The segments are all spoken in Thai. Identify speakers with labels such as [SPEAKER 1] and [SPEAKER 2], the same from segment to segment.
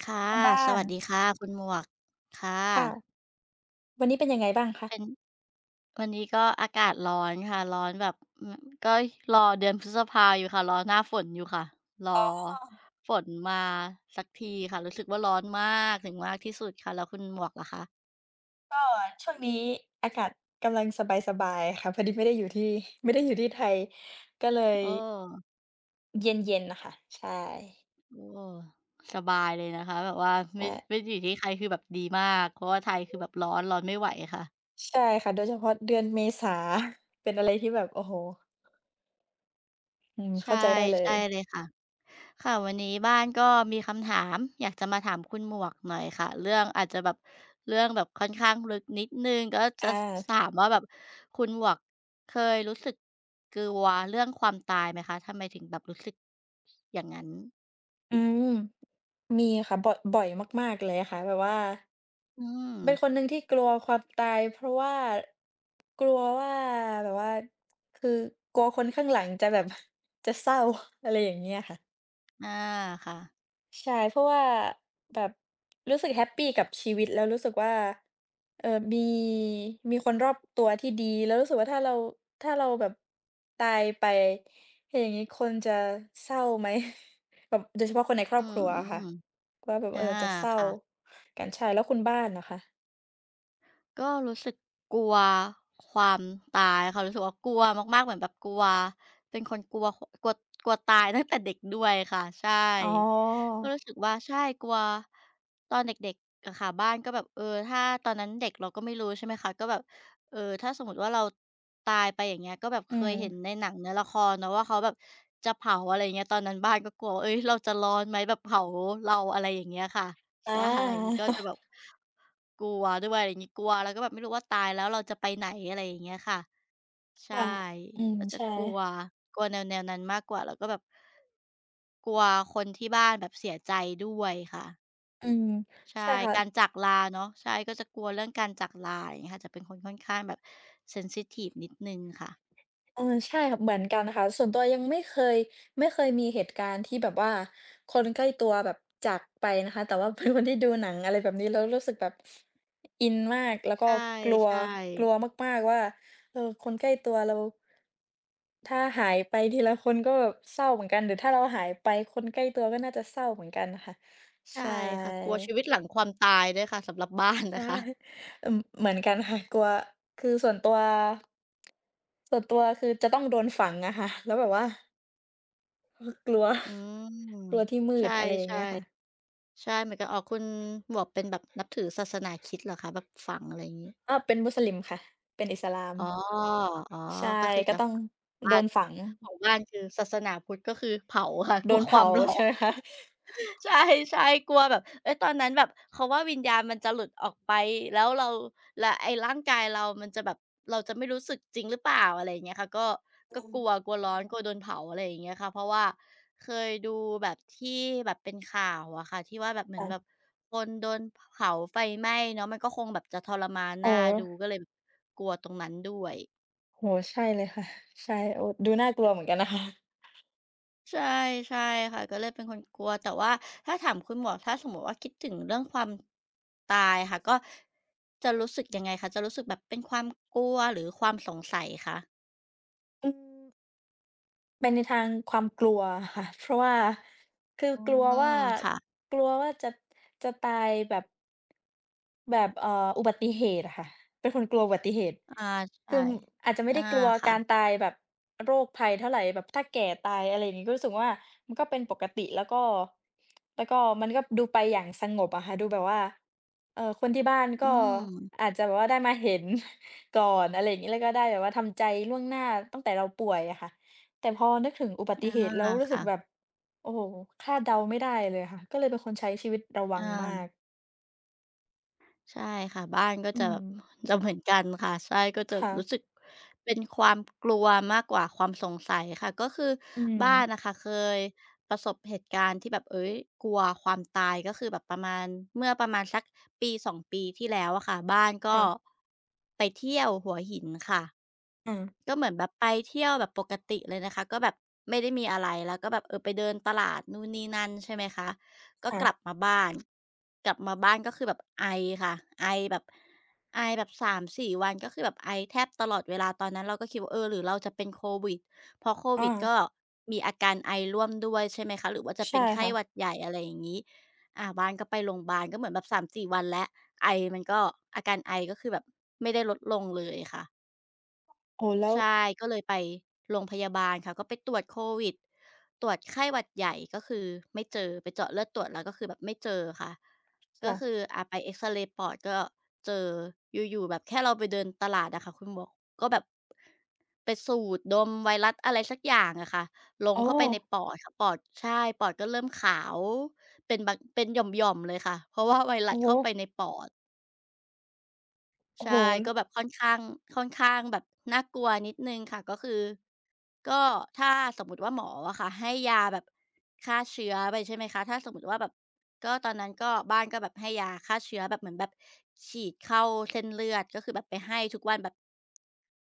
[SPEAKER 1] ค่ะ
[SPEAKER 2] ทางบ้า
[SPEAKER 1] ส
[SPEAKER 2] น
[SPEAKER 1] วัสดีค่ะคุณหมวกค่ะ
[SPEAKER 2] ค่ะวันนี้เป็นยังไงบ้างคะ
[SPEAKER 1] เป็นวันนี้ก็อากาศร้อนค่ะร้อนแบบก็รอเดือนพฤษภาอยู่ค่ะรอหน้าฝนอยู่ค่ะรอ
[SPEAKER 2] อ๋อ
[SPEAKER 1] ฝนมาสักทีค่ะรู้สึกว่าร้อนมากถึงมากที่สุดค่ะแล้วคุณหมวกล่ะคะ
[SPEAKER 2] ก็ช่วงนี้อากาศกำลังสบายๆค่ะพอดีไม่ได้อยู่ที่ ไม่ได้อยู่ที่ไทยก็เลย
[SPEAKER 1] โอ้
[SPEAKER 2] เย็นๆน่ะค่ะใช่
[SPEAKER 1] โอ้สบายเลยนะคะแบบว่าไม่
[SPEAKER 2] ใช่
[SPEAKER 1] ไม่ดอยู่ที่ใครคือแบบดีมากเพราะว่าไทยคือแบบร้อนร้อนไม่ไหวค่ะ
[SPEAKER 2] ใช่ค่ะโดยเฉพาะเดือนเมษา เป็นอะไรที่แบบโอ้โฮอืม
[SPEAKER 1] ใช่
[SPEAKER 2] เข้าใจได้เล
[SPEAKER 1] ใช่
[SPEAKER 2] ย
[SPEAKER 1] เลยค่ะ ค่ะวันนี้บ้านก็มีคำถามอยากจะมาถามคุณหมวกหน่อยค่ะเรื่องอาจจะแบบเรื่องแบบค่อนข้างลึกนิดหนึ่งก็จะ
[SPEAKER 2] อา
[SPEAKER 1] ถามว่าแบบคุณหมวกเคยรู้สึกกลัวเรื่องความตายไหมคะทำไมถึงแบบรู้สึกอย่างงั้น
[SPEAKER 2] อืมมีค่ะบ่อยมากๆเลยค่ะแบบว่า
[SPEAKER 1] อืม
[SPEAKER 2] เป็นคนหนึ่งที่กลัวความตายเพราะว่ากลัวว่าแบบว่าคือกลัวคนข้างหลังจะแบบ จะเศร้า อะไรอย่างเงี้ยค่ะ
[SPEAKER 1] อาค่ะ
[SPEAKER 2] ใช่เพราะว่าแบบรู้สึกแฮปปีกับชีวิตแล้วรู้สึกว่าเออมีมีคนรอบตัวที่ดีแล้วรู้สึกว่าถ้าเราถ้าเราแบบตายไปอย่างงี้คนจะเศร้าไหม แบบโดยเฉพาะคนในครอ
[SPEAKER 1] อื
[SPEAKER 2] บครัวอะค่ะ
[SPEAKER 1] ม
[SPEAKER 2] ว่าแบบ
[SPEAKER 1] ๆอา
[SPEAKER 2] เออจะเศร้า
[SPEAKER 1] ค่ะ
[SPEAKER 2] กันใช่แล้วคุณบ้านนะคะ
[SPEAKER 1] ก็รู้สึกกลัวความตายค่ะรู้สึกว่ากลัวมากๆเหมือนแบบกลัวเป็นคนกลัวขกลัวกลัวตายตั้งแต่เด็กด้วยค่ะใช่
[SPEAKER 2] อ๋อ
[SPEAKER 1] ก็รู้สึกว่าใช่กลัวตอนเด็กๆอะค่ะบ้านก็แบบเออถ้าตอนนั้นเด็กเราก็ไม่รู้ใช่ไหมคะก็แบบเออถ้าสมมุติว่าเราตายไปอย่างเงี้ยก็แบบเค
[SPEAKER 2] อืม
[SPEAKER 1] ยเห็นในหนังในละครเนาะว่าเขาแบบจะเผาอะไรอย่างเงี้ยตอนนั้นบ้านก็กลัวว่าเฮ้ยเราจะร้อนไหมแบบเผาเราอะไรอย่างเงี้ยค่ะ
[SPEAKER 2] อ
[SPEAKER 1] ใช่
[SPEAKER 2] า
[SPEAKER 1] ก็จะแบบกลัวด้วยอะไรอย่างงี้กลัวแล้วก็แบบไม่รู้ว่าตายแล้วเราจะไปไหนอะไรอย่างเงี้ยค่ะ ใช่
[SPEAKER 2] ค่ะอืม
[SPEAKER 1] ก็จะ
[SPEAKER 2] ใช่
[SPEAKER 1] กลัวกลัวแนวๆนั้นมากกว่าแล้วก็แบบกลัวคนที่บ้านแบบเสียใจด้วยค่ะ
[SPEAKER 2] อืม
[SPEAKER 1] ใช่
[SPEAKER 2] ใช่ค่ะ
[SPEAKER 1] การจากลาเนาะใช่ก็จะกลัวเรื่องการจากลาอย่างเงี้ยค่ะจะเป็นคนค่อนข้างแบบเซนซิทิฟนิดหนึ่งค่ะ
[SPEAKER 2] เออใช่ค่ะเหมือนกันค่ะส่วนตัวยังไม่เคยไม่เคยมีเหตุการณ์ที่แบบว่าคนใกล้ตัวแบบจากไปนะคะแต่ว่า เป็นคนที่ดูหนังอะไรแบบนี้แล้วรู้สึกแบบอินมาก แล้ว
[SPEAKER 1] ใช
[SPEAKER 2] ก็กลั
[SPEAKER 1] ่
[SPEAKER 2] วกลัว
[SPEAKER 1] ๆ
[SPEAKER 2] มากๆว่าเออคนใกล้ตัวเราถ้าหายไปทีละคนก็แบบเศร้าเหมือนกัน หรือถ้าเราหายไปคนใกล้ตัวก็น่าจะเศร้าเหมือนกันค่ะ
[SPEAKER 1] ใช่
[SPEAKER 2] ใช่
[SPEAKER 1] ค่ะกลัวชีวิตหลังความตายด้วยค่ะสำหรับบ้าน
[SPEAKER 2] ใช่
[SPEAKER 1] นะคะ
[SPEAKER 2] เอ่อเหมือนกันค่ะกลัวคือส่วนตัวส่วนตัวคือจะต้องโดนฝังอะค่ะแล้วแบบว่าเออกลัว
[SPEAKER 1] อืม
[SPEAKER 2] กลัวที่มื
[SPEAKER 1] ใช
[SPEAKER 2] ดอะไรอย่าง
[SPEAKER 1] ่
[SPEAKER 2] เงี้ยค่ะ
[SPEAKER 1] ๆ ใช่เหมือนกับอ๋อคุณหมวกเป็นแบบนับถือศาสนาคริสต์เหรอคะแบบฝังอะไรอย่างงี้
[SPEAKER 2] อ้าวเป็นมุสลิมค่ะเป็นอิสลาม
[SPEAKER 1] อ๋ออ๋อ
[SPEAKER 2] ใช่
[SPEAKER 1] ก็คือ
[SPEAKER 2] ก็
[SPEAKER 1] จะ
[SPEAKER 2] ต้อง
[SPEAKER 1] ฝัง
[SPEAKER 2] โด
[SPEAKER 1] บ้าน
[SPEAKER 2] นฝัง
[SPEAKER 1] ของบ้านคือศาสนาพุทธก็คือเผาค่ะ ก
[SPEAKER 2] โด
[SPEAKER 1] ลัว
[SPEAKER 2] น
[SPEAKER 1] ควา
[SPEAKER 2] เผา
[SPEAKER 1] มร้อ
[SPEAKER 2] ใช่ไหม
[SPEAKER 1] น
[SPEAKER 2] คะ
[SPEAKER 1] ใช่ใช่กลัวแบบเฮ้ยตอนนั้นแบบเขาว่าวิญญาณมันจะหลุดออกไปแล้วเราแล้วไอ้ร่างกายเรามันจะแบบเราจะไม่รู้สึกจริงหรือเปล่าอะไรอย่างเงี้ยค่ะก็ก็กลัวกลัวร้อนกลัวโดนเผาอะไรอย่างเงี้ยค่ะเพราะว่าเคยดูแบบที่แบบเป็นข่าวอะค่ะที่ว่าแบบเหมือน
[SPEAKER 2] ค่ะ
[SPEAKER 1] แบบคนโดนเผาไฟไหม้เนาะมันก็คงแบบจะทรมาน
[SPEAKER 2] อ๋อ
[SPEAKER 1] น่าดูก็เลยแบบกลัวตรงนั้นด้วย
[SPEAKER 2] โอ้โฮใช่เลยค่ะใช่โอ้ดูน่ากลัวเหมือนกันนะคะ
[SPEAKER 1] ใช่ใช่ค่ะก็เลยเป็นคนกลัวแต่ว่าถ้าถามคุณหมวกถ้าสมมุติว่าคิดถึงเรื่องความตายค่ะก็จะรู้สึกยังไงคะจะรู้สึกแบบเป็นความกลัวหรือความสงสัยคะ
[SPEAKER 2] อืมไปนในทางความกลัวค่ะเพราะว่าคือ
[SPEAKER 1] อื
[SPEAKER 2] กลัวว่า
[SPEAKER 1] มค่ะ
[SPEAKER 2] กลัวว่าจะจะตายแบบ แบบอุบัติเหตุอะค่ะเป็นคนกลัวอุบัติเหตุ
[SPEAKER 1] อา
[SPEAKER 2] คื
[SPEAKER 1] ใช่
[SPEAKER 2] ออาจจะไม่
[SPEAKER 1] อา
[SPEAKER 2] ได้กลัว
[SPEAKER 1] ค่ะ
[SPEAKER 2] การตายแบบโรคภัยเท่าไหรแบบถ้าแก่ตายอะไรอย่างนี้ก็รู้สึกว่ามันก็เป็นปกติแล้วก็แล้วก็มันก็ดูไปอย่างสงบอะค่ะดูแบบว่าเออคนที่บ้าน
[SPEAKER 1] อื
[SPEAKER 2] ก็
[SPEAKER 1] ม
[SPEAKER 2] อาจจะแบบว่าได้มาเห็น ก่อนอะไรอย่างนี้แล้วก็ได้แบบว่าทำใจล่วงหน้าตั้งแต่เราป่วยอะค่ะแต่พอนึกถึงอุบัติ
[SPEAKER 1] อา
[SPEAKER 2] เหตุแล้วรู้สึกแบบ
[SPEAKER 1] ค่ะ
[SPEAKER 2] โอ้โหคาดเดาไม่ได้เลยค่ะก็เลยเป็นคนใช้ชีวิตระวั
[SPEAKER 1] อ
[SPEAKER 2] งมาก
[SPEAKER 1] า ใช่ค่ะบ้านก็
[SPEAKER 2] อื
[SPEAKER 1] จะแบ
[SPEAKER 2] ม
[SPEAKER 1] บ จะเหมือนกันค่ะใช่ก็จะ
[SPEAKER 2] ค่ะ
[SPEAKER 1] รู้สึกเป็นความกลัวมากกว่าความสงสัยค่ะก็คือ
[SPEAKER 2] อื
[SPEAKER 1] บ้าน
[SPEAKER 2] ม
[SPEAKER 1] นะคะเคยประสบเหตุการณ์ที่แบบเอ้ยกลัวความตายก็คือแบบประมาณเมื่อประมาณสักปีสองปีที่แล้วอะค่ะบ้านก็
[SPEAKER 2] ค่ะ
[SPEAKER 1] ไปเที่ยวหัวหินค่ะ
[SPEAKER 2] อม
[SPEAKER 1] ก็เหมือนแบบไปเที่ยวแบบปกติเลยนะคะก็แบบไม่ได้มีอะไรแล้วก็แบบเออไปเดินตลาดนู่นนี่นั่นใช่ไหมคะก็
[SPEAKER 2] ค่ะ
[SPEAKER 1] กลับมาบ้านกลับมาบ้านก็คือแบบไอค่ะไอแบบไอแบบสามสี่วันก็คือแบบไอแทบตลอดเวลาตอนนั้นเราก็คิดว่าเออหรือเราจะเป็นโควิดเพราะโควิ
[SPEAKER 2] อา
[SPEAKER 1] ดก็มีอาการไอร่วมด้วยใช่ไหมคะหรือว่าจะ
[SPEAKER 2] ใช่
[SPEAKER 1] เป็นไข้หวัด
[SPEAKER 2] ค่ะ
[SPEAKER 1] ใหญ่อะไรอย่างงี้อ่าบ้านก็ไปโรงบาลก็เหมือนแบบสามสี่วันแล้วไอมันก็อาการไอก็คือแบบไม่ได้ลดลงเลยค่ะ
[SPEAKER 2] โอ้โฮแล้ว
[SPEAKER 1] ใช่ก็เลยไปโรงพยาบาลค่ะก็ไปตรวจโควิดตรวจไข้หวัดใหญ่ก็คือไม่เจอไปเจาะเลือดตรวจแล้วก็คือแบบไม่เจอค่ะก็
[SPEAKER 2] ค่ะ
[SPEAKER 1] คืออาไปเอกซเรย์ปอดก็เจออยู่ๆแบบแค่เราไปเดินตลาดอะค่ะคุณหมวกก็แบบไปสูดดมไวรัสอะไรสักอย่างอะค่ะลง
[SPEAKER 2] อ๋อ
[SPEAKER 1] เข้าไปในปอดค่ะปอดใช่ปอดก็เริ่มขาวเป็นบางเป็นหย่อมๆเลยค่ะเพราะว่าไวรั
[SPEAKER 2] โอ้
[SPEAKER 1] ส
[SPEAKER 2] โฮ
[SPEAKER 1] เข้าไปในปอด
[SPEAKER 2] โอ้
[SPEAKER 1] ใช่
[SPEAKER 2] โฮ
[SPEAKER 1] ก็แบบค่อนข้างแบบน่ากลัวนิดหนึ่งค่ะก็คือก็ถ้าสมมุติว่าหมออะค่ะให้ยาแบบฆ่าเชื้อไปใช่ไหมคะถ้าสมมุติว่าแบบก็ตอนนั้นก็บ้านก็แบบให้ยาฆ่าเชื้อแบบเหมือนแบบฉีดเข้าเส้นเลือดก็คือแบบไปให้ทุกวันแบบ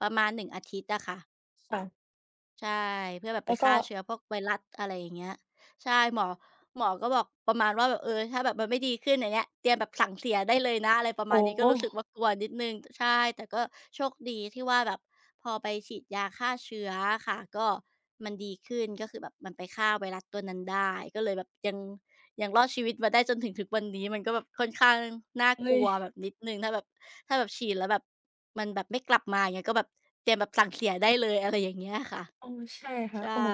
[SPEAKER 1] ประมาณ1 อาทิตย์อะค่ะ
[SPEAKER 2] ค่ะ
[SPEAKER 1] ใช่เพื่อแบบไป
[SPEAKER 2] แล้วก็
[SPEAKER 1] ฆ่าเชื้อพวกไวรัสอะไรอย่างเงี้ยใช่หมอหมอก็บอกประมาณว่าแบบถ้าแบบมันไม่ดีขึ้นอย่างเงี้ยเตรียมแบบสั่งเสียได้เลยนะอะไรประมาณ
[SPEAKER 2] โอ้
[SPEAKER 1] นี้
[SPEAKER 2] โฮ
[SPEAKER 1] ก็รู้สึกว่ากลัวนิดหนึ่งใช่แต่ก็โชคดีที่ว่าแบบพอไปฉีดยาฆ่าเชื้ออะค่ะก็มันดีขึ้นก็คือแบบมันไปฆ่าไวรัสตัวนั้นได้ก็เลยแบบยังรอดชีวิตมาได้จนถึงทุกวันนี้มันก็แบบค่อนข้างน่า
[SPEAKER 2] เฮ้
[SPEAKER 1] ก
[SPEAKER 2] ย
[SPEAKER 1] ลัวแบบนิดหนึ่งถ้าแบบฉีดแล้วแบบมันแบบไม่กลับมาอย่างเงี้ยก็แบบเตรียมแบบสั่งเสียได้เลยอะไรอย่างเงี้ยค่ะ
[SPEAKER 2] เออใช่ค่ะ
[SPEAKER 1] ใช่
[SPEAKER 2] โอ้โฮ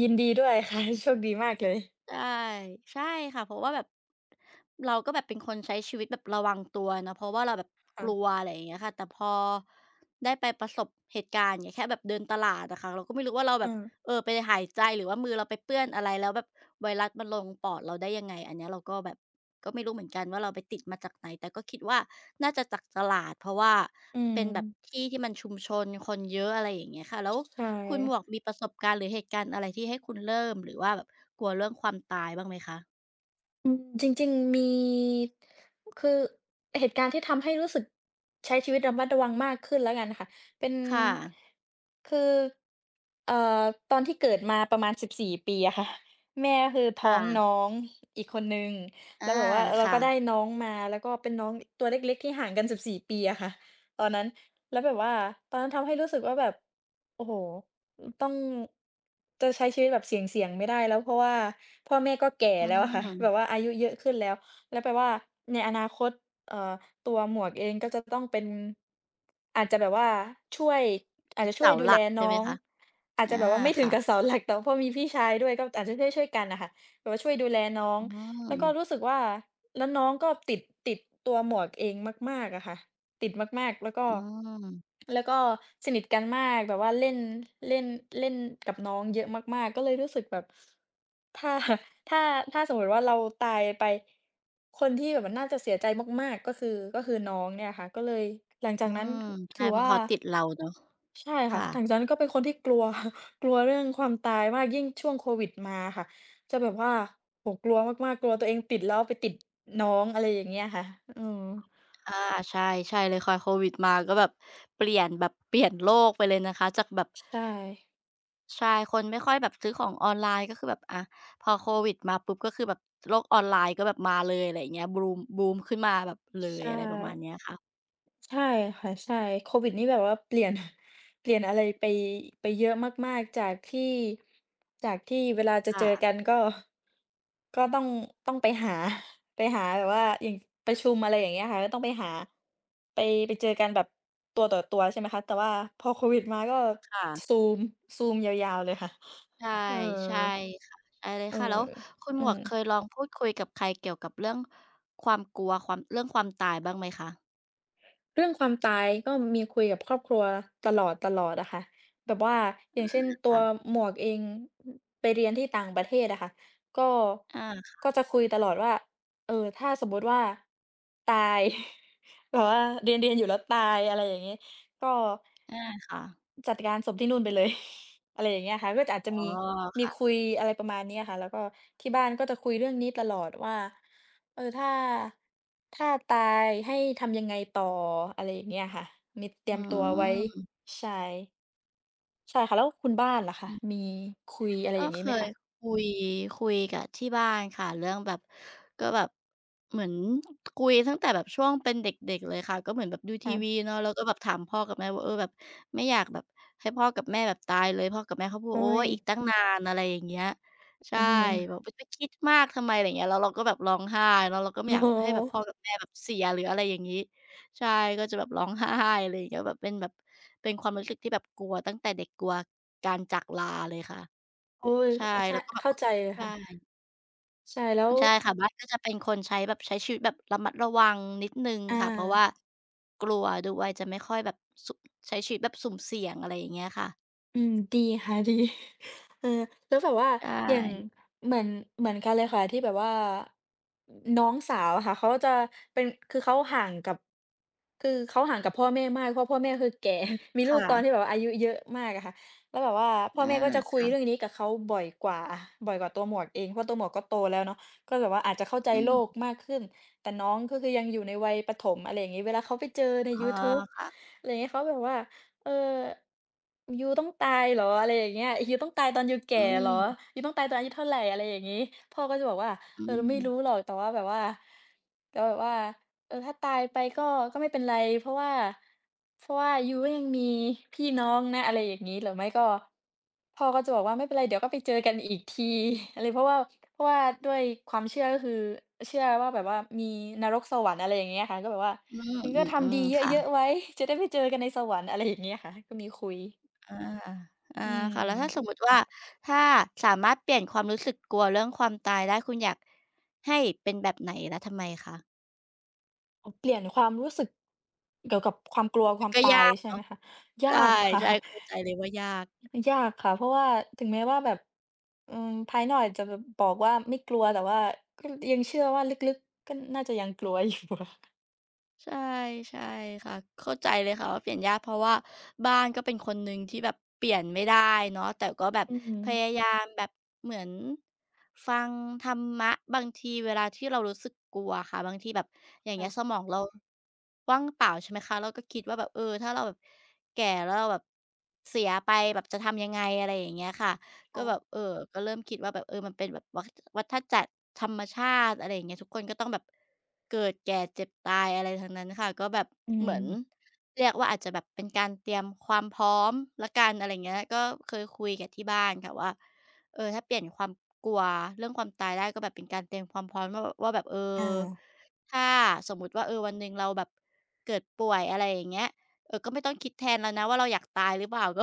[SPEAKER 2] ยินดีด้วยค่ะ โชคดีมากเลย
[SPEAKER 1] ใช่ใช่ค่ะเพราะว่าแบบเราก็แบบเป็นคนใช้ชีวิตแบบระวังตัวเนาะเพราะว่าเราแบบก
[SPEAKER 2] ค่ะ
[SPEAKER 1] ลัวอะไรอย่างเงี้ยค่ะแต่พอได้ไปประสบเหตุการณ์อย่างเงี้ยแค่แบบเดินตลาดอะค่ะเราก็ไม่รู้ว่าเรา
[SPEAKER 2] เอ
[SPEAKER 1] แบบ
[SPEAKER 2] อ
[SPEAKER 1] ไปหายใจหรือว่ามือเราไปเปื้อนอะไรแล้วแบบไวรัสมันลงปอดเราได้ยังไงอันเนี้ยเราก็แบบก็ไม่รู้เหมือนกันว่าเราไปติดมาจากไหนแต่ก็คิดว่าน่าจะจากตลาดเพราะว่า
[SPEAKER 2] อืม
[SPEAKER 1] เป็นแบบที่ที่มันชุมชนคนเยอะอะไรอย่างเงี้ยค่ะแล้ว
[SPEAKER 2] ใช่
[SPEAKER 1] คุณหมวกมีประสบการณ์หรือเหตุการณ์อะไรที่ให้คุณเริ่มหรือว่าแบบกลัวเรื่องความตายบ้างไหมคะ
[SPEAKER 2] อืมจริงๆมีคือเหตุการณ์ที่ทำให้รู้สึกใช้ชีวิตระมัดระวังมากขึ้นแล้วกันค่ะเป็น
[SPEAKER 1] ค่ะ
[SPEAKER 2] คือเอ่อตอนที่เกิดมาประมาณ14ปีอะค่ะแม่ก็คือท้อ
[SPEAKER 1] ค่ะ
[SPEAKER 2] งน้องอีกคนหนึ่งแล้
[SPEAKER 1] อา
[SPEAKER 2] วแบบว่าเราก็
[SPEAKER 1] ค่ะ
[SPEAKER 2] ได้น้องมาแล้วก็เป็นน้องตัวเล็กๆที่ห่างกัน14ปีอะค่ะตอนนั้นแล้วแบบว่าตอนนั้นทำให้รู้สึกว่าแบบโอ้โฮ ต้องจะใช้ชีวิตแบบเสี่ยงๆไม่ได้แล้วเพราะว่าพ่อแม่ก็แก่
[SPEAKER 1] อื
[SPEAKER 2] แล้วอะค่ะ
[SPEAKER 1] ม
[SPEAKER 2] แบบว่าอายุเยอะขึ้นแล้วแล้วแปลว่าในอนาคตเอ่อตัวหมวกเองก็จะต้องเป็นอาจจะแบบว่าช่วยอาจ
[SPEAKER 1] เป็น
[SPEAKER 2] จะช่วย
[SPEAKER 1] เสา
[SPEAKER 2] ดู
[SPEAKER 1] ห
[SPEAKER 2] แล
[SPEAKER 1] ลักใช่
[SPEAKER 2] น้
[SPEAKER 1] ไหม
[SPEAKER 2] อง
[SPEAKER 1] คะ
[SPEAKER 2] อาจ
[SPEAKER 1] อา
[SPEAKER 2] จะแบบว่าไม่ถึง
[SPEAKER 1] ค่ะ
[SPEAKER 2] กับเสาหลักแต่ว่าพอมีพี่ชายด้วยก็อาจจะได้ช่วยๆกันน่ะค่ะแบบว่าช่วยดูแลน้อง
[SPEAKER 1] อื
[SPEAKER 2] แล้ว
[SPEAKER 1] ม
[SPEAKER 2] ก็รู้สึกว่าแล้วน้องก็ติดติดตัวหมวกเองมากๆอะค่ะ ติดมากๆ แล้วก็
[SPEAKER 1] อืม
[SPEAKER 2] แล้วก็สนิทกันมากแบบว่าเล่นเล่นเล่นกับน้องเยอะมากๆก็เลยรู้สึกแบบถ้า ถ้าถ้าสมมุติว่าเราตายไปคนที่แบบว่าน่าจะเสียใจมากๆก็คือก็คือน้องเนี่ยค่ะก็เลยหลังจา
[SPEAKER 1] อื
[SPEAKER 2] กนั้น
[SPEAKER 1] มใช่
[SPEAKER 2] ถือ
[SPEAKER 1] เพราะ
[SPEAKER 2] ว่า
[SPEAKER 1] เขาติดเราเนาะ
[SPEAKER 2] ใช่ค่ะ
[SPEAKER 1] ค่ะ
[SPEAKER 2] หลังจากนั้นก็เป็นคนที่กลัว กลัวเรื่องความตายมากยิ่งช่วงโควิดมาค่ะจะแบบว่าโอ้โฮกลัวมากๆกลัวตัวเองติดแล้วไปติดน้องอะไรอย่างเงี้ยค่ะเออ
[SPEAKER 1] อาใช่ใช่เลยค่ะโควิดมาก็แบบเปลี่ยนแบบเปลี่ยนโลกไปเลยนะคะจากแบบ
[SPEAKER 2] ใช่
[SPEAKER 1] ใช่คนไม่ค่อยแบบซื้อของออนไลน์ก็คือแบบอาพอโควิดมาปุ๊บก็คือแบบโลกออนไลน์ก็แบบมาเลยอะไรอย่างเงี้ยบูมบูมขึ้นมาแบบเลยอะ
[SPEAKER 2] ใช่
[SPEAKER 1] ไรประมาณเนี้ยค่ะ
[SPEAKER 2] ใช่ค่ะใช่โควิดนี่แบบว่าเปลี่ยน เปลี่ยนอะไรไปไปเยอะมากๆจากที่จากที่เวลาจะเจอ
[SPEAKER 1] ค่ะ
[SPEAKER 2] กันก็ก็ต้องต้องไปหา ไปหาแบบว่าอย่างประชุมอะไรอย่างเงี้ยค่ะก็ต้องไปหาไปไปเจอกันแบบตัวต่อตัวใช่ไหมคะแต่ว่าพอโควิดมาก็ซู
[SPEAKER 1] ค่ะ
[SPEAKER 2] มซูมยาวๆเลยค่ะ
[SPEAKER 1] ใช่
[SPEAKER 2] เออ
[SPEAKER 1] ใช่ค่ะใช่เลย
[SPEAKER 2] เออ
[SPEAKER 1] ค่ะแล้วคุณ
[SPEAKER 2] อื
[SPEAKER 1] หมว
[SPEAKER 2] ม
[SPEAKER 1] กเคยลองพูดคุยกับใครเกี่ยวกับเรื่องความกลัวความเรื่องความตายบ้างไหมคะ
[SPEAKER 2] เรื่องความตายก็มีคุยกับครอบครัวตลอดๆอดอะค่ะแบบว่าอย่างเช่นตัว
[SPEAKER 1] ค่ะ
[SPEAKER 2] หมวกเองอไปเรียนที่ต่างประเทศอะค่ะก็
[SPEAKER 1] อา
[SPEAKER 2] ก็จะคุยตลอดว่าเออถ้าสมมุติว่าตาย แบบว่าเรียนๆอยู่แล้วตายอะไรอย่างงี้ก็
[SPEAKER 1] อาค่ะ
[SPEAKER 2] จัดการศพที่นู่นไปเลย อะไรอย่างเงี้ยค่ะก็จะอาจจะ
[SPEAKER 1] อ๋อ
[SPEAKER 2] มี
[SPEAKER 1] ค่ะ
[SPEAKER 2] คุยอะไรประมาณเนี้ยค่ะแล้วก็ที่บ้านก็จะคุยเรื่องนี้ตลอดว่าเออถ้าตายให้ทำยังไงต่ออะไรอย่างเงี้ยค่ะมีเตรี
[SPEAKER 1] อื
[SPEAKER 2] ยมตัวไว้
[SPEAKER 1] ม
[SPEAKER 2] ใช่ใช่ค่ะแล้วคุณบ้านล่ะคะมีคุยอะไร
[SPEAKER 1] ก็
[SPEAKER 2] อย่าง
[SPEAKER 1] เค
[SPEAKER 2] งี้ไหม
[SPEAKER 1] ย
[SPEAKER 2] คะ
[SPEAKER 1] คุยคุยกับที่บ้านค่ะเรื่องแบบก็แบบเหมือนคุยตั้งแต่แบบช่วงเป็นเด็กๆเลยค่ะก็เหมือนแบบดูที
[SPEAKER 2] ค่ะ
[SPEAKER 1] วีเนาะแล้วก็แบบถามพ่อกับแม่ว่าแบบไม่อยากแบบให้พ่อกับแม่แบบตายเลยพ่อกับแม่เขาพูด
[SPEAKER 2] โอ๊
[SPEAKER 1] โอ๊
[SPEAKER 2] ย
[SPEAKER 1] ยอีกตั้งนานอะไรอย่างเงี้ย ใช่
[SPEAKER 2] อะอ
[SPEAKER 1] บอกไปคิดมากทำไมอะไรอย่างเงี้ยแล้วเราก็แบบร้องไห้แล้วเราก็ไม่
[SPEAKER 2] โอ้
[SPEAKER 1] อยา
[SPEAKER 2] โฮ
[SPEAKER 1] กให้แบบพ่อกับแม่แบบเสียหรืออะไรอย่างงี้ใช่ก็จะแบบร้องไห้อะไรอย่างเงี้ยแบบเป็นความรู้สึกที่แบบกลัวตั้งแต่เด็กกลัวการจากลาเลยค่ะ
[SPEAKER 2] โอ๊ย
[SPEAKER 1] ใช่
[SPEAKER 2] ใช่
[SPEAKER 1] แล้วก็แบบ
[SPEAKER 2] เข้าใจเลยค่ะ
[SPEAKER 1] ใช่
[SPEAKER 2] ใช่แล้ว
[SPEAKER 1] ใช่ค่ะบ้านก็จะเป็นคนใช้แบบใช้ชีวิตแบบระมัดระวังนิดหนึ่ง
[SPEAKER 2] อ
[SPEAKER 1] ค่ะเพราะว่า
[SPEAKER 2] า
[SPEAKER 1] กลัวด้วยจะไม่ค่อยแบบสุใช้ชีวิตแบบสุ่มเสี่ยงอะไรอย่างเงี้ยค่ะ
[SPEAKER 2] อืมดีค่ะ ดีเออแล้วแบบว่า
[SPEAKER 1] ใช
[SPEAKER 2] อย่าง
[SPEAKER 1] ่
[SPEAKER 2] เหมือนเหมือนกันเลยค่ะที่แบบว่าน้องสาวอะค่ะเขาจะเป็นคือเขาห่างกับคือเขาห่างกับพ่อแม่มากเพราะพ่อแม่คือแก่ มีลูกตอนที่
[SPEAKER 1] ค่ะ
[SPEAKER 2] แบบว่าอายุเยอะมากอะค่ะแล้วแบบว่าพ่อ
[SPEAKER 1] อา
[SPEAKER 2] แม่ก็จะคุยเรื่อง
[SPEAKER 1] ค่ะ
[SPEAKER 2] นี้กับเขาบ่อยกว่าตัวหมวกเองเพราะตัวหมวกก็โตแล้วเนาะก็แบบว่าอาจจะเข้าใจ
[SPEAKER 1] อื
[SPEAKER 2] โลก
[SPEAKER 1] ม
[SPEAKER 2] มากขึ้นแต่น้องก็คือยังอยู่ในวัยประถมอะไรอย่างงี้เวลาเขาไปเจอใน
[SPEAKER 1] อ๋อ
[SPEAKER 2] ยูทูบ
[SPEAKER 1] ค่ะ
[SPEAKER 2] อะไรอย่างเงี้ยเขาแบบว่า เออยูต้องตายเหรออะไรอย่างเงี้ยยูต้องตายตอนยูแก่
[SPEAKER 1] อื
[SPEAKER 2] เหรอ
[SPEAKER 1] ม
[SPEAKER 2] ยูต้องตายตอนอายุเท่าไหรอะไรอย่างงี้พ่อก็จะบอกว่า
[SPEAKER 1] อื
[SPEAKER 2] เออ
[SPEAKER 1] ม
[SPEAKER 2] ไม่รู้หรอกแต่ว่าแบบว่าแต่แบบว่าเออถ้าตายไปก็ก็ไม่เป็นไรเพราะว่าเพราะว่ายูก็ยังมีพี่น้องนะอะไรอย่างงี้หรือไม่ก็พ่อก็จะบอกว่าไม่เป็นไรเดี๋ยวก็ไปเจอกันอีกทีอะไรเพราะว่าด้วยความเชื่อก็คือเชื่อว่าแบบว่ามีนรกสวรรค์อะไรอย่างเงี้ยค่ะก็แบบว่า
[SPEAKER 1] อืม
[SPEAKER 2] งัน
[SPEAKER 1] อ
[SPEAKER 2] ก็
[SPEAKER 1] ื
[SPEAKER 2] ทำดี
[SPEAKER 1] มๆค่ะ
[SPEAKER 2] เยอะๆไว้ จะได้ไปเจอกันในสวรรค์อะไรอย่างเงี้ยค่ะก็มีคุย
[SPEAKER 1] อาอา
[SPEAKER 2] อื
[SPEAKER 1] ค่ะแล้วถ้าส
[SPEAKER 2] ม
[SPEAKER 1] มมุติว่าถ้าสามารถเปลี่ยนความรู้สึกกลัวเรื่องความตายได้คุณอยากให้เป็นแบบไหนและทำไมคะ
[SPEAKER 2] อ๋อเปลี่ยนความรู้สึกเกี่ยวกับความกลัวค
[SPEAKER 1] มั
[SPEAKER 2] วา
[SPEAKER 1] น
[SPEAKER 2] ม
[SPEAKER 1] ก็
[SPEAKER 2] ตา
[SPEAKER 1] ยา
[SPEAKER 2] ย
[SPEAKER 1] ก
[SPEAKER 2] ใช่ไหม
[SPEAKER 1] เนาะ
[SPEAKER 2] คะ
[SPEAKER 1] ใ
[SPEAKER 2] ยากอะค่ะ
[SPEAKER 1] ช่ๆเข้าใจเลยว่ายาก
[SPEAKER 2] ยากค่ะเพราะว่าถึงแม้ว่าแบบภายนอกอาจจะแบบบอกว่าไม่กลัวแต่ว่าก็ยังเชื่อว่าลึกๆก็น่าจะยังกลัวอยู่อะ
[SPEAKER 1] ใช่ใช่ค่ะเข้าใจเลยค่ะว่าเปลี่ยนยากเพราะว่าบ้านก็เป็นคนหนึ่งที่แบบเปลี่ยนไม่ได้เนาะแต่ก็แบบ
[SPEAKER 2] อืม
[SPEAKER 1] พ ยายามแบบเหมือนฟังธรรมะบางทีเวลาที่เรารู้สึกกลัวค่ะบางทีแบบอย่างเงี้ยส
[SPEAKER 2] ค่ะ
[SPEAKER 1] มองเราว่างเปล่าใช่ไหมคะเราก็คิดว่าแบบเออถ้าเราแบบแก่แล้วเราแบบเสียไปแบบจะทำยังไงอะไรอย่างเงี้ยค่ะก็แบบเออก็เริ่มคิดว่าแบบเออมันเป็นแบบวัฏจักรธรรมชาติอะไรอย่างเงี้ยทุกคนก็ต้องแบบ เกิดแก่เจ็บตายอะไรทั้งนั้นค่ะก็แบบ
[SPEAKER 2] ื
[SPEAKER 1] เหมือน
[SPEAKER 2] ม
[SPEAKER 1] เรียกว่าอาจจะแบบเป็นการเตรียมความพร้อมละกันอะไรเงี้ยก็เคยคุยกับที่บ้านค่ะว่าเออถ้าเปลี่ยนความกลัวเรื่องความตายได้ก็แบบเป็นการเตรียมความพร้อมว่าแบบเออ
[SPEAKER 2] ค่ะ
[SPEAKER 1] ถ้าสมมุติว่าเออวันหนึ่งเราแบบเกิดป่วยอะไรอย่างเงี้ยเออก็ไม่ต้องคิดแทนแล้วนะว่าเราอยากตายหรือเปล่า ก็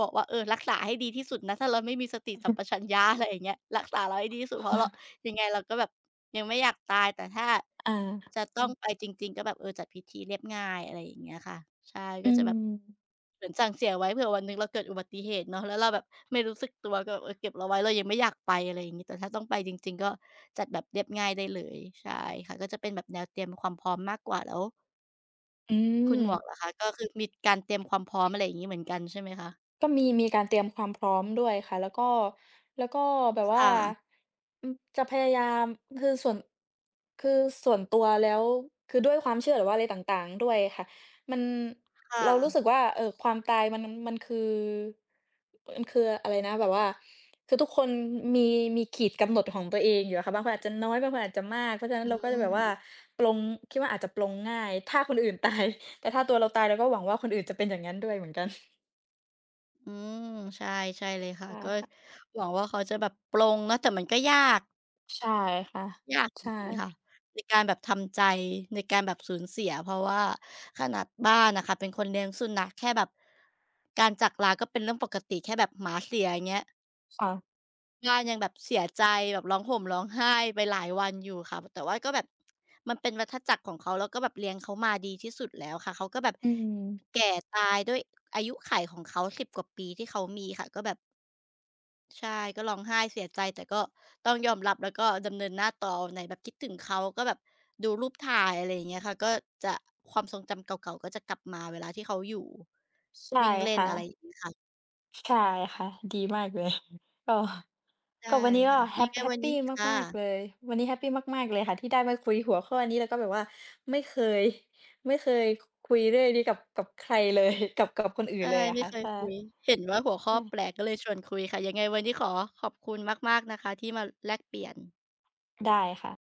[SPEAKER 1] บอกว่าเออรักษาให้ดีที่สุดนะถ้าเราไม่มีสติสั
[SPEAKER 2] อื
[SPEAKER 1] ม
[SPEAKER 2] ม
[SPEAKER 1] ปชัญญะอะไรอย่างเงี้ยรักษาเราให้ดีที่สุดเพราะเรา ยังไงเราก็แบบยังไม่อยากตายแต่ถ้า
[SPEAKER 2] อาอา
[SPEAKER 1] จะต้ออืงมไปจริงๆก็แบบจัดพิธีเรียบง่ายอะไรอย่างเงี้ยค่ะใช่ก็
[SPEAKER 2] อื
[SPEAKER 1] จะแบบ
[SPEAKER 2] ม
[SPEAKER 1] เหมือนสั่งเสียไว้เผื่อวันหนึ่งเราเกิดอุบัติเหตุเนาะแล้วเราแบบไม่รู้สึกตัวก็แบบเก็บเราไว้เรายังไม่อยากไปอะไรอย่างงี้แต่ถ้าต้องไปจริงๆก็จัดแบบเรียบง่ายได้เลยใช่ค่ะก็จะเป็นแบบแนวเตรียมความพร้อมมากกว่าแล้ว
[SPEAKER 2] อื
[SPEAKER 1] คุณห
[SPEAKER 2] ม
[SPEAKER 1] มวกล่ะคะก็คือมีการเตรียมความพร้อมอะไรอย่างงี้เหมือนกันใช่ไหมคะ
[SPEAKER 2] ก็มีการเตรียมความพร้อมด้วยค่ะแล้วก็แบบว่า
[SPEAKER 1] ค่ะ
[SPEAKER 2] จะพยายามคือส่วนคือส่วนตัวแล้วคือด้วยความเชื่อหรือว่าอะไรต่างๆด้วยค่ะมัน
[SPEAKER 1] ค่ะ
[SPEAKER 2] เรารู้สึกว่าความตายมันคือมันคืออะไรนะแบบว่าคือทุกคนมีขีดกำหนดของตัวเองอยู่อะค่ะบางคนอาจจะน้อยบางคนอาจจะมากเพราะฉะนั้
[SPEAKER 1] อื
[SPEAKER 2] นเราก็จะแบบว่า
[SPEAKER 1] ม
[SPEAKER 2] ปลงคิดว่าอาจจะปลงง่ายถ้าคนอื่นตายแต่ถ้าตัวเราตายเราก็หวังว่าคนอื่นจะเป็นอย่างงั้นด้วยเหมือนกัน
[SPEAKER 1] อืมใช่ใช่เลยค่ะก็
[SPEAKER 2] ค่ะ
[SPEAKER 1] หวังว่าเขาจะแบบปลงเนาะแต่มันก็ยาก
[SPEAKER 2] ใช่ค่ะ
[SPEAKER 1] ยากจ
[SPEAKER 2] ใช่
[SPEAKER 1] ริงๆค่ะในการแบบทำใจในการแบบสูญเสียเพราะว่าขนาดบ้านน่ะค่ะเป็นคนเลี้ยงสุนัขแค่แบบการจากลาก็เป็นเรื่องปกติแค่แบบหมาเสียอย่างเงี้ย
[SPEAKER 2] ค่ะ
[SPEAKER 1] บ้านยังแบบเสียใจแบบร้องห่มร้องไห้ไปหลายวันอยู่ค่ะแต่ว่าก็แบบมันเป็นวัฏจักรของเขาแล้วก็แบบเลี้ยงเขามาดีที่สุดแล้วค่ะเขาก็แบบ
[SPEAKER 2] อืม
[SPEAKER 1] แก่ตายด้วยอายุขัยของเขาสิบกว่าปีที่เขามีค่ะก็แบบ ใช่ก็ร้องไห้เสียใจแต่ก็ต้องยอมรับแล้วก็ดำเนินหน้าต่อวันไหนแบบคิดถึงเขาก็แบบดูรูปถ่ายอะไรอย่างเงี้ยค่ะก็จะความทรงจำเก่าๆก็จะกลับมาเวลาที่เขาอยู่
[SPEAKER 2] ใช่
[SPEAKER 1] วิ่งเล่น
[SPEAKER 2] ค่ะ
[SPEAKER 1] อะไรอย่างงี้ค่ะ
[SPEAKER 2] ใช่ค่ะดีมากเลยก็
[SPEAKER 1] ใช่
[SPEAKER 2] ก็วันนี้ก็
[SPEAKER 1] ค่ะ
[SPEAKER 2] แฮ
[SPEAKER 1] ยั
[SPEAKER 2] ป
[SPEAKER 1] งไง
[SPEAKER 2] แฮป
[SPEAKER 1] วัน
[SPEAKER 2] ปี
[SPEAKER 1] นี้ค่ะ
[SPEAKER 2] มากๆเลยวันนี้แฮปปีมากๆเลยค่ะที่ได้มาคุยหัวข้อนี้แล้วก็แบบว่าไม่เคยไม่เคยคุยเรื่องนี้กับใครเลยกับคนอื่น
[SPEAKER 1] ใช่
[SPEAKER 2] เลยอะ
[SPEAKER 1] ไม่
[SPEAKER 2] ค่ะ
[SPEAKER 1] เคย
[SPEAKER 2] ใช่
[SPEAKER 1] คุยเห็นว่าหัวข้อ
[SPEAKER 2] ใช่
[SPEAKER 1] แปลกก็เลยชวนคุยค่ะยังไงวันนี้ขอขอบคุณมากๆนะคะที่มาแลกเปลี่ยน
[SPEAKER 2] ได้ค่ะ